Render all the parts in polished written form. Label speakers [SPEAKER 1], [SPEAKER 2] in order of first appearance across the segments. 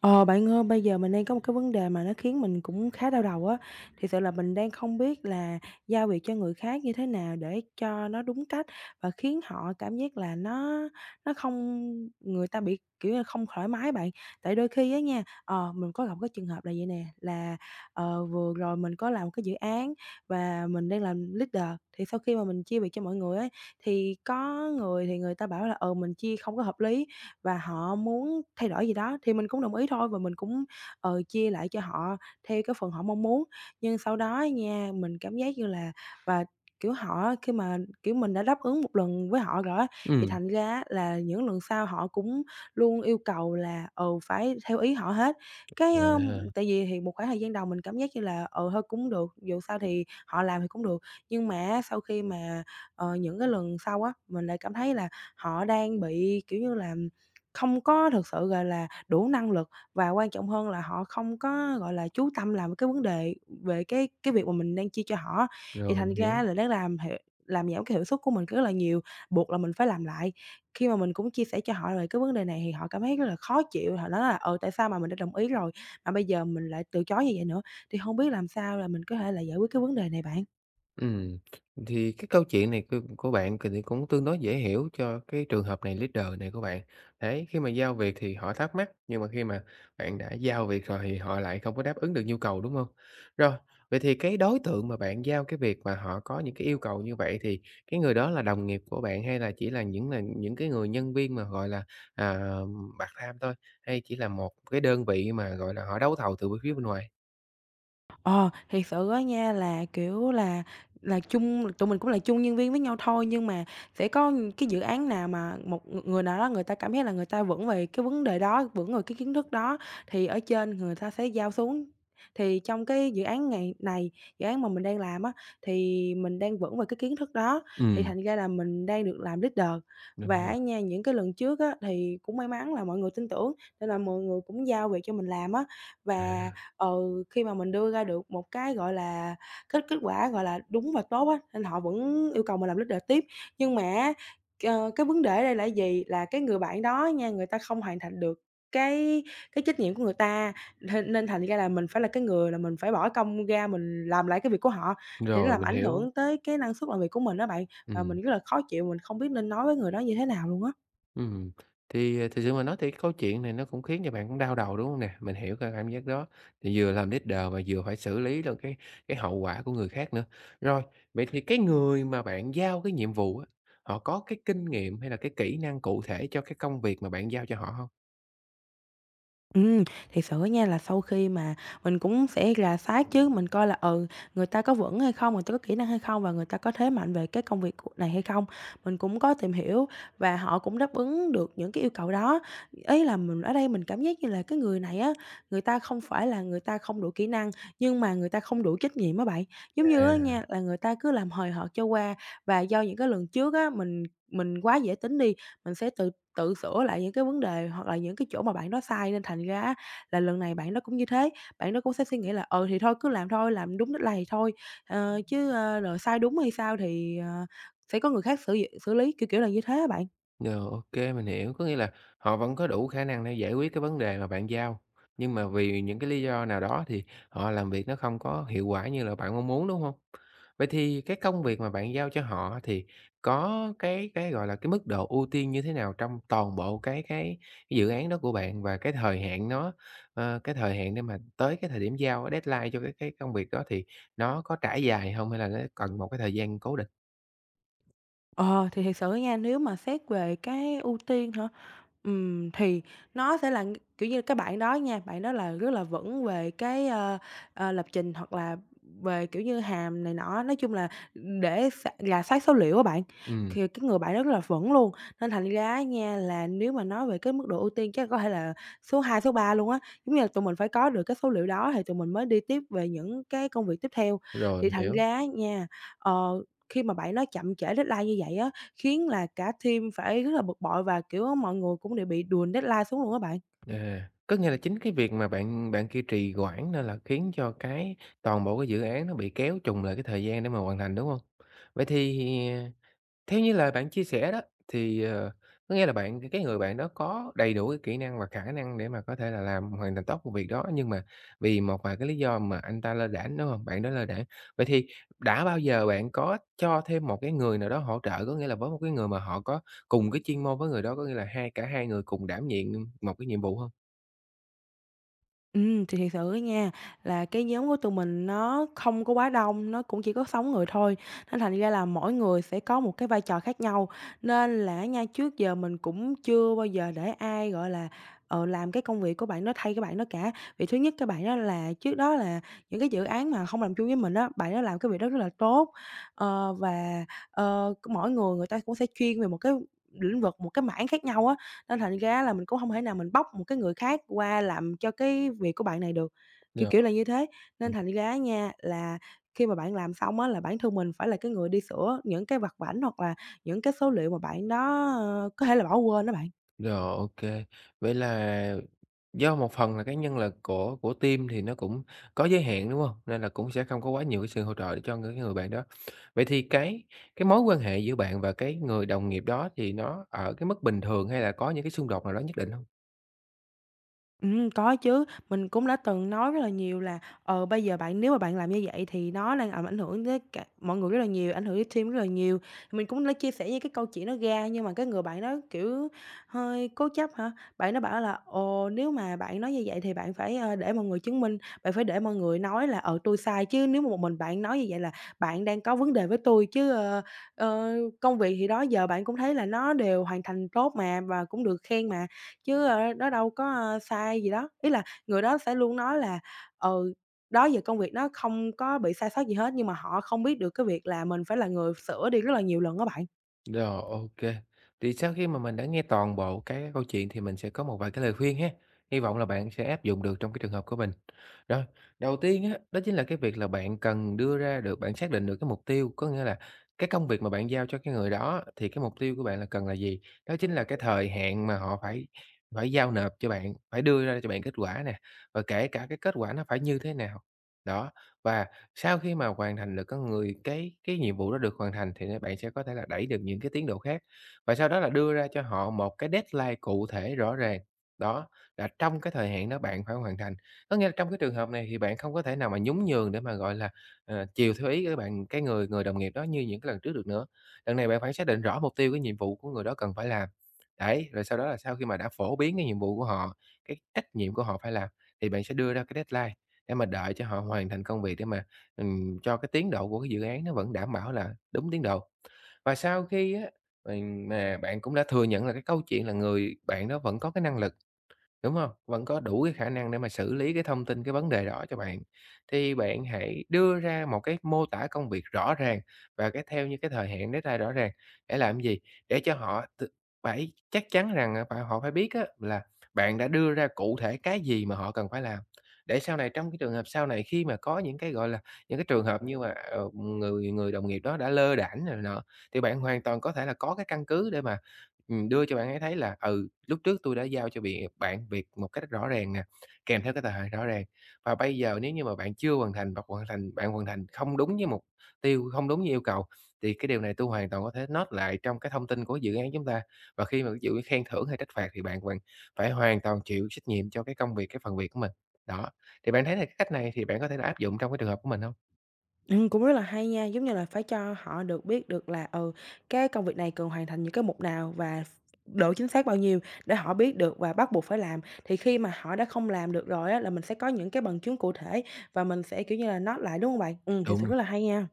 [SPEAKER 1] Ờ, Bạn ơi, bây giờ mình đang có một cái vấn đề mà nó khiến mình cũng khá đau đầu á. Thì sự là mình đang không biết là giao việc cho người khác như thế nào để cho nó đúng cách và khiến họ cảm giác là nó không người ta bị, kiểu như, là không thoải mái bạn. Tại đôi khi á nha, mình có gặp cái trường hợp là vậy nè, là, vừa rồi mình có làm cái dự án và mình đang làm leader, thì sau khi mà mình chia việc cho mọi người ấy, thì có người thì người ta bảo là, ừ, mình chia không có hợp lý và họ muốn thay đổi gì đó thì mình cũng đồng ý thôi và mình cũng, chia lại cho họ theo cái phần họ mong muốn. Nhưng sau đó nha, mình cảm giác như là và, kiểu, họ khi mà, kiểu, mình đã đáp ứng một lần với họ rồi á, thì
[SPEAKER 2] Ừm,
[SPEAKER 1] thành ra á là những lần sau họ cũng luôn yêu cầu là, phải theo ý họ hết. Cái, ơ
[SPEAKER 2] À,
[SPEAKER 1] Tại vì thì một khoảng thời gian đầu mình cảm giác như là, thôi cũng được, dù sao thì họ làm thì cũng được. Nhưng mà sau khi mà, những cái lần sau á, mình lại cảm thấy là họ đang bị, kiểu như là không có thực sự, gọi là, đủ năng lực và quan trọng hơn là họ không có, gọi là, chú tâm làm cái vấn đề về cái việc mà mình đang chia cho họ á, thì
[SPEAKER 2] rồi,
[SPEAKER 1] thành
[SPEAKER 2] mình hiểu.
[SPEAKER 1] ra là nó làm giảm cái hiệu suất của mình rất là nhiều, buộc là mình phải làm lại. Khi mà mình cũng chia sẻ cho họ về cái vấn đề này thì họ cảm thấy rất là khó chịu, họ nói là tại sao mà mình đã đồng ý rồi mà bây giờ mình lại từ chối như vậy nữa?" Thì hông biết làm sao là mình có thể là giải quyết cái vấn đề này bạn?
[SPEAKER 2] ừm, thì cái câu chuyện này của bạn thì cũng tương đối dễ hiểu cho cái trường hợp này, leader này của bạn. Đấy, khi mà giao việc thì họ thắc mắc, nhưng mà khi mà bạn đã giao việc rồi thì họ lại không có đáp ứng được nhu cầu, đúng không? Rồi, vậy thì cái đối tượng mà bạn giao cái việc mà họ có những cái yêu cầu như vậy thì cái người đó là đồng nghiệp của bạn, hay là chỉ là những cái người nhân viên mà, gọi là, à, part-time thôi, hay chỉ là một cái đơn vị mà, gọi là, họ đấu thầu từ phía bên ngoài?
[SPEAKER 1] Ờ, Thiệt sự á nha là, kiểu là chung tụi mình cũng là chung nhân viên với nhau thôi, nhưng mà sẽ có những cái dự án nào mà một người nào đó người ta cảm thấy là người ta vững về cái vấn đề đó, vững về cái kiến thức đó thì ở trên người ta sẽ giao xuống. Thì trong cái dự án ngày này, dự án mà mình đang làm á, thì mình đang vững về cái kiến thức đó, thì
[SPEAKER 2] Ừm.
[SPEAKER 1] thành ra là mình đang được làm leader.
[SPEAKER 2] Đúng
[SPEAKER 1] Và
[SPEAKER 2] rồi.
[SPEAKER 1] á nha, những cái lần trước á thì cũng may mắn là mọi người tin tưởng nên là mọi người cũng giao việc cho mình làm á. Và
[SPEAKER 2] À,
[SPEAKER 1] Ừ, khi mà mình đưa ra được một cái, gọi là, kết kết quả, gọi là, đúng và tốt á, nên họ vẫn yêu cầu mình làm leader tiếp. Nhưng mà á, cái vấn đề ở đây là gì? Là cái người bạn đó nha, người ta không hoàn thành được cái trách nhiệm của người ta, nên nên thành ra là mình phải là cái người là mình phải bỏ công ra mình làm lại cái việc của họ, thì nó
[SPEAKER 2] rồi,
[SPEAKER 1] làm
[SPEAKER 2] mình
[SPEAKER 1] ảnh
[SPEAKER 2] hiểu.
[SPEAKER 1] hưởng tới cái năng suất làm việc của mình đó bạn. Và
[SPEAKER 2] Ừm,
[SPEAKER 1] mình rất là khó chịu, mình không biết nên nói với người đó như thế nào luôn á.
[SPEAKER 2] ừm. Thì, thực sự mà nói thì cái câu chuyện này nó cũng khiến cho bạn cũng đau đầu, đúng không nè? Mình hiểu cái cảm giác đó, thì vừa làm leader mà vừa phải xử lý được cái hậu quả của người khác nữa. Rồi, vậy thì cái người mà bạn giao cái nhiệm vụ á, họ có cái kinh nghiệm hay là cái kỹ năng cụ thể cho cái công việc mà bạn giao cho họ không?
[SPEAKER 1] Ừm, thiệt sự á nha là sau khi mà mình cũng sẽ rà soát chứ, mình coi là, ừ, người ta có vững hay không, người ta có kỹ năng hay không và người ta có thế mạnh về cái công việc này hay không. Mình cũng có tìm hiểu và họ cũng đáp ứng được những cái yêu cầu đó. Ý là mình ở đây mình cảm giác như là cái người này á, người ta không phải là người ta không đủ kỹ năng, nhưng mà người ta không đủ trách nhiệm á bạn. Giống như á
[SPEAKER 2] À.
[SPEAKER 1] nha, là người ta cứ làm hời hợt cho qua và do những cái lần trước á, mình quá dễ tính đi, mình sẽ tự Tự sửa lại những cái vấn đề hoặc là những cái chỗ mà bạn đó sai nên thành ra á là lần này bạn đó cũng như thế, bạn đó cũng sẽ suy nghĩ là "Ừ, thì thôi cứ làm thôi, làm đúng đích này thôi, chứ, rồi sai đúng hay sao thì, sẽ có người khác xử xử lý", kiểu, kiểu là như thế á bạn.
[SPEAKER 2] Rồi, ô mình hiểu. Có nghĩa là họ vẫn có đủ khả năng để giải quyết cái vấn đề mà bạn giao, nhưng mà vì những cái lý do nào đó thì họ làm việc nó không có hiệu quả như là bạn mong muốn, đúng không? Vậy thì cái công việc mà bạn giao cho họ thì có cái, gọi là, cái mức độ ưu tiên như thế nào trong toàn bộ cái dự án đó của bạn, và cái thời hạn nó cái thời hạn để mà tới cái thời điểm giao deadline cho cái công việc đó thì nó có trải dài không, hay là nó cần một cái thời gian cố định?
[SPEAKER 1] Ờ, thì thiệt sự á nha, nếu mà xét về cái ưu tiên hả? Thì nó sẽ là, kiểu như, cái bạn đó nha, bạn đó là rất là vững về cái, lập trình hoặc là về, kiểu như, hàm này nọ, nói chung là để rà soát số liệu của bạn,
[SPEAKER 2] Ừ
[SPEAKER 1] thì cái người bạn đó rất là vững luôn. Nên thành ra nha là nếu mà nói về cái mức độ ưu tiên chắc có thể là số 2 số 3 luôn á, giống như là tụi mình phải có được cái số liệu đó thì tụi mình mới đi tiếp về những cái công việc tiếp theo.
[SPEAKER 2] rồi,
[SPEAKER 1] Thì
[SPEAKER 2] mình
[SPEAKER 1] thành
[SPEAKER 2] hiểu.
[SPEAKER 1] ra nha, ờ, khi mà bạn đó chậm trễ deadline như vậy á, khiến là cả team phải rất là bực bội và, kiểu, mọi người cũng đều bị đùn deadline xuống luôn á bạn.
[SPEAKER 2] À, có nghĩa là chính cái việc mà bạn bạn kia trì hoãn nên là khiến cho cái toàn bộ cái dự án nó bị kéo trùng lại cái thời gian để mà hoàn thành, đúng không? Vậy thì theo như lời bạn chia sẻ đó, thì, có nghĩa là cái người bạn đó có đầy đủ cái kỹ năng và khả năng để mà có thể là làm hoàn thành tốt công việc đó, nhưng mà vì một vài cái lý do mà anh ta lơ đãng, đúng không? Bạn đó lơ đãng. Vậy thì đã bao giờ bạn có cho thêm một cái người nào đó hỗ trợ, có nghĩa là với một cái người mà họ có cùng cái chuyên môn với người đó, có nghĩa là cả hai người cùng đảm nhiệm một cái nhiệm vụ không?
[SPEAKER 1] Ừ, thì thiệt sự á nha, là cái nhóm của tụi mình nó không có quá đông, nó cũng chỉ có 6 người thôi, nên thành ra là mỗi người sẽ có một cái vai trò khác nhau. Nên là nha, trước giờ mình cũng chưa bao giờ để ai, gọi là, làm cái công việc của bạn đó thay cái bạn đó cả. Vì thứ nhất cái bạn đó là trước đó là những cái dự án mà không làm chung với mình đó bạn đó làm cái việc đó rất là tốt. Và, mỗi người người ta cũng sẽ chuyên về một cái lĩnh vực, một cái mảng khác nhau á, nên thành ra là mình cũng không thể nào mình bóc một cái người khác qua làm cho cái việc của bạn này được, kiểu,
[SPEAKER 2] Rồi,
[SPEAKER 1] kiểu là như thế. Nên
[SPEAKER 2] ừm,
[SPEAKER 1] thành ra nha, là khi mà bạn làm xong á là bản thân mình phải là cái người đi sửa những cái vặt vãnh hoặc là những cái số liệu mà bạn đó, có thể là bỏ quên đó bạn.
[SPEAKER 2] rồi, ô Vậy là do một phần là cái nhân lực của team thì nó cũng có giới hạn, đúng không? Nên là cũng sẽ không có quá nhiều cái sự hỗ trợ để cho cái người bạn đó. Vậy thì cái mối quan hệ giữa bạn và cái người đồng nghiệp đó thì nó ở cái mức bình thường, hay là có những cái xung đột nào đó nhất định không?
[SPEAKER 1] Có chứ, mình cũng đã từng nói rất là nhiều là, bây giờ bạn nếu mà bạn làm như vậy thì nó đang làm ảnh hưởng tới cả mọi người rất là nhiều, ảnh hưởng tới team rất là nhiều. Mình cũng đã chia sẻ những cái câu chuyện nó ra, nhưng mà cái người bạn đó, kiểu, hơi cố chấp hả? Bạn nó bảo là "Ồ, nếu mà bạn nói như vậy thì bạn phải, để mọi người chứng minh, bạn phải để mọi người nói là, tôi sai, chứ nếu mà một mình bạn nói như vậy là bạn đang có vấn đề với tôi, chứ, ơ, ơ, công việc thì đó giờ bạn cũng thấy là nó đều hoàn thành tốt mà và cũng được khen mà. Chứ, nó đâu có, sai gì đó. Ý là người đó sẽ luôn nói là, ừ, đó giờ công việc nó không có bị sai sót gì hết, nhưng mà họ không biết được cái việc là mình phải là người sửa đi rất là nhiều lần đó bạn.
[SPEAKER 2] Rồi, OK. Thì sau khi mà mình đã nghe toàn bộ cái câu chuyện thì mình sẽ có một vài cái lời khuyên ha. Hy vọng là bạn sẽ áp dụng được trong cái trường hợp của mình. Rồi, đầu tiên á, đó chính là cái việc là bạn cần đưa ra được bạn xác định được cái mục tiêu, có nghĩa là cái công việc mà bạn giao cho cái người đó thì cái mục tiêu của bạn là cần là gì? Đó chính là cái thời hạn mà họ phải phải giao nộp cho bạn, phải đưa ra cho bạn kết quả nè, và kể cả cái kết quả nó phải như thế nào. Đó, và sau khi mà hoàn thành được con người cái nhiệm vụ đó được hoàn thành thì bạn sẽ có thể là đẩy được những cái tiến độ khác, và sau đó là đưa ra cho họ một cái deadline cụ thể rõ ràng. Đó, là trong cái thời hạn đó bạn phải hoàn thành. Có nghĩa là trong cái trường hợp này thì bạn không có thể nào mà nhún nhường để mà, gọi là, chiều theo ý cái người người đồng nghiệp đó như những cái lần trước được nữa. Lần này bạn phải xác định rõ mục tiêu, cái nhiệm vụ của người đó cần phải làm. Đấy, rồi sau đó là sau khi mà đã phổ biến cái nhiệm vụ của họ, cái trách nhiệm của họ phải làm, thì bạn sẽ đưa ra cái deadline để mà đợi cho họ hoàn thành công việc, để mà cho cái tiến độ của cái dự án nó vẫn đảm bảo là đúng tiến độ. Và sau khi á, mình mà bạn cũng đã thừa nhận là cái câu chuyện là người bạn đó vẫn có cái năng lực, đúng không? Vẫn có đủ cái khả năng để mà xử lý cái thông tin, cái vấn đề đó cho bạn. Thì bạn hãy đưa ra một cái mô tả công việc rõ ràng, và theo như cái thời hạn deadline rõ ràng. Để làm gì? Để cho họ t phải chắc chắn rằng, à, họ phải biết á là bạn đã đưa ra cụ thể cái gì mà họ cần phải làm. Để sau này, trong cái trường hợp sau này khi mà có những cái, gọi là, những cái trường hợp như mà, người người đồng nghiệp đó đã lơ đãng rồi nọ, thì bạn hoàn toàn có thể là có cái căn cứ để mà đưa cho bạn ấy thấy là, ừ, lúc trước tôi đã giao cho bìa bạn việc một cách rõ ràng nè, kèm theo cái thời hạn rõ ràng, và bây giờ nếu như mà bạn chưa hoàn thành, hoặc hoàn thành bạn hoàn thành không đúng với mục tiêu, không đúng như yêu cầu, thì cái điều này tôi hoàn toàn có thể note lại trong cái thông tin của dự án chúng ta. Và khi mà ví dụ như khen thưởng hay trách phạt thì bạn bạn phải hoàn toàn chịu trách nhiệm cho cái công việc, cái phần việc của mình. Đó, thì bạn thấy là cái cách này thì bạn có thể là áp dụng trong cái trường hợp của mình hông?
[SPEAKER 1] Cũng rất là hay nha, giống như là phải cho họ được biết được là, ừ, cái công việc này cần hoàn thành những cái mục nào và độ chính xác bao nhiêu để họ biết được và bắt buộc phải làm. Thì khi mà họ đã không làm được rồi á là mình sẽ có những cái bằng chứng cụ thể và mình sẽ, kiểu như là, note lại, đúng không bạn? Ừ, thì sự
[SPEAKER 2] Đúng.
[SPEAKER 1] rất là hay nha.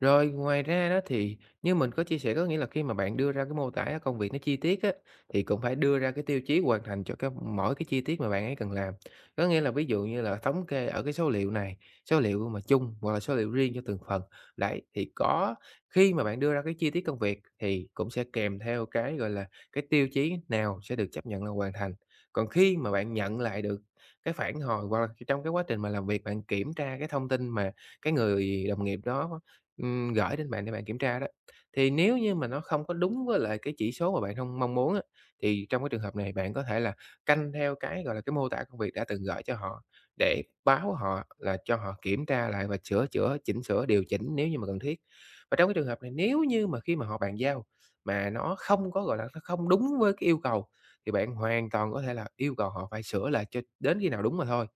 [SPEAKER 2] Rồi, ngoài ra đó thì như mình có chia sẻ, có nghĩa là khi mà bạn đưa ra cái mô tả công việc nó chi tiết á, thì cũng phải đưa ra cái tiêu chí hoàn thành cho mỗi cái chi tiết mà bạn ấy cần làm. Có nghĩa là ví dụ như là thống kê ở cái số liệu này, số liệu mà chung hoặc là số liệu riêng cho từng phần. Đấy, thì có khi mà bạn đưa ra cái chi tiết công việc thì cũng sẽ kèm theo cái, gọi là, cái tiêu chí nào sẽ được chấp nhận là hoàn thành. Còn khi mà bạn nhận lại được cái phản hồi, hoặc là trong cái quá trình mà làm việc bạn kiểm tra cái thông tin mà cái người đồng nghiệp đó gửi đến bạn để bạn kiểm tra đó. Thì nếu như mà nó không có đúng với lại cái chỉ số mà bạn không mong muốn á, thì trong cái trường hợp này bạn có thể là canh theo cái, gọi là, cái mô tả công việc đã từng gửi cho họ, để báo họ là cho họ kiểm tra lại và sửa chữa, chỉnh sửa, điều chỉnh nếu như mà cần thiết. Và trong cái trường hợp này, nếu như mà khi mà họ bàn giao mà nó không có, gọi là, nó không đúng với cái yêu cầu, thì bạn hoàn toàn có thể là yêu cầu họ phải sửa lại cho đến khi nào đúng mà thôi.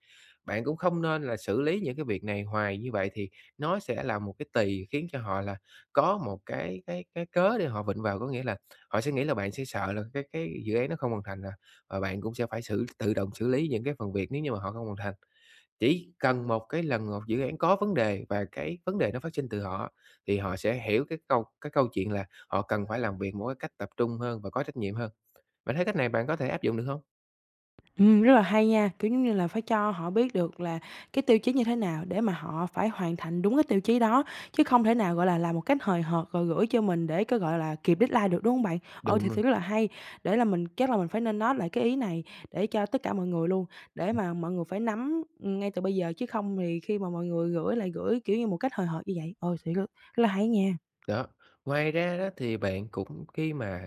[SPEAKER 2] Bạn cũng không nên là xử lý những cái việc này hoài, như vậy thì nó sẽ là một cái tì khiến cho họ là có một cái cớ để họ vịn vào, có nghĩa là họ sẽ nghĩ là bạn sẽ sợ là cái dự án nó không hoàn thành nè, và bạn cũng sẽ phải tự động xử lý những cái phần việc nếu như mà họ không hoàn thành. Chỉ cần một cái lần một dự án có vấn đề và cái vấn đề nó phát sinh từ họ, thì họ sẽ hiểu cái câu chuyện là họ cần phải làm việc một cái cách tập trung hơn và có trách nhiệm hơn. Bạn thấy cách này bạn có thể áp dụng được không?
[SPEAKER 1] Rất là hay nha, kiểu, giống như là, phải cho họ biết được là cái tiêu chí như thế nào để mà họ phải hoàn thành đúng cái tiêu chí đó, chứ không thể nào, gọi là, làm một cách hời hợt rồi gửi cho mình để cái, gọi là, kịp deadline được, đúng không bạn? Ờ,
[SPEAKER 2] Đúng
[SPEAKER 1] thì
[SPEAKER 2] rồi,
[SPEAKER 1] sự rất là hay, để là mình chắc là mình phải nên note lại cái ý này để cho tất cả mọi người luôn, để mà mọi người phải nắm, ngay từ bây giờ, chứ không thì khi mà mọi người gửi lại gửi, kiểu như, một cách hời hợt như vậy. Ờ, thì rất là hay nha.
[SPEAKER 2] đó. Ngoài ra đó thì bạn cũng, khi mà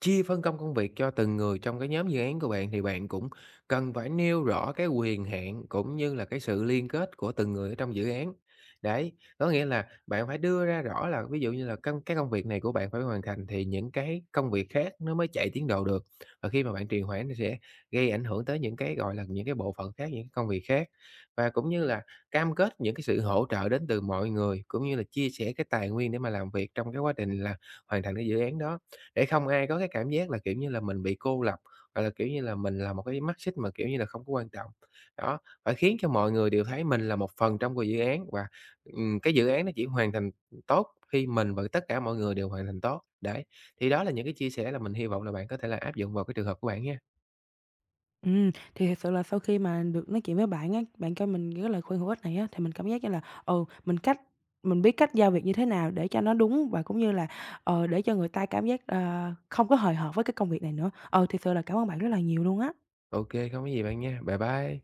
[SPEAKER 2] chia phân công công việc cho từng người trong cái nhóm dự án của bạn, thì bạn cũng cần phải nêu rõ cái quyền hạn cũng như là cái sự liên kết của từng người ở trong dự án. Đấy, có nghĩa là bạn phải đưa ra rõ là ví dụ như là cái công việc này của bạn phải hoàn thành thì những cái công việc khác nó mới chạy tiến độ được. Và khi mà bạn trì hoãn, nó sẽ gây ảnh hưởng tới những cái, gọi là, những cái bộ phận khác, những cái công việc khác. Và cũng như là cam kết những cái sự hỗ trợ đến từ mọi người, cũng như là chia sẻ cái tài nguyên để mà làm việc trong cái quá trình là hoàn thành cái dự án đó. Để không ai có cái cảm giác là, kiểu như là, mình bị cô lập, hoặc là, kiểu như là, mình là một cái mắt xích mà, kiểu như là, không có quan trọng. Đó, phải khiến cho mọi người đều thấy mình là một phần của dự án, và, cái dự án nó chỉ hoàn thành tốt khi mình và tất cả mọi người đều hoàn thành tốt. Đấy, thì đó là những cái chia sẻ là mình hy vọng là bạn có thể là áp dụng vào cái trường hợp của bạn nha.
[SPEAKER 1] Thì thật sự là sau khi mà được nói chuyện với bạn á, bạn cho mình những cái lời khuyên hữu ích này á, thì mình cảm giác như là, ừ, mình biết cách giao việc như thế nào để cho nó đúng và cũng như là, để cho người ta cảm giác, không có hời hợt với cái công việc này nữa. Ừ, thật sự là cảm ơn bạn rất là nhiều luôn á.
[SPEAKER 2] OK, không có gì bạn nha. Bye bye.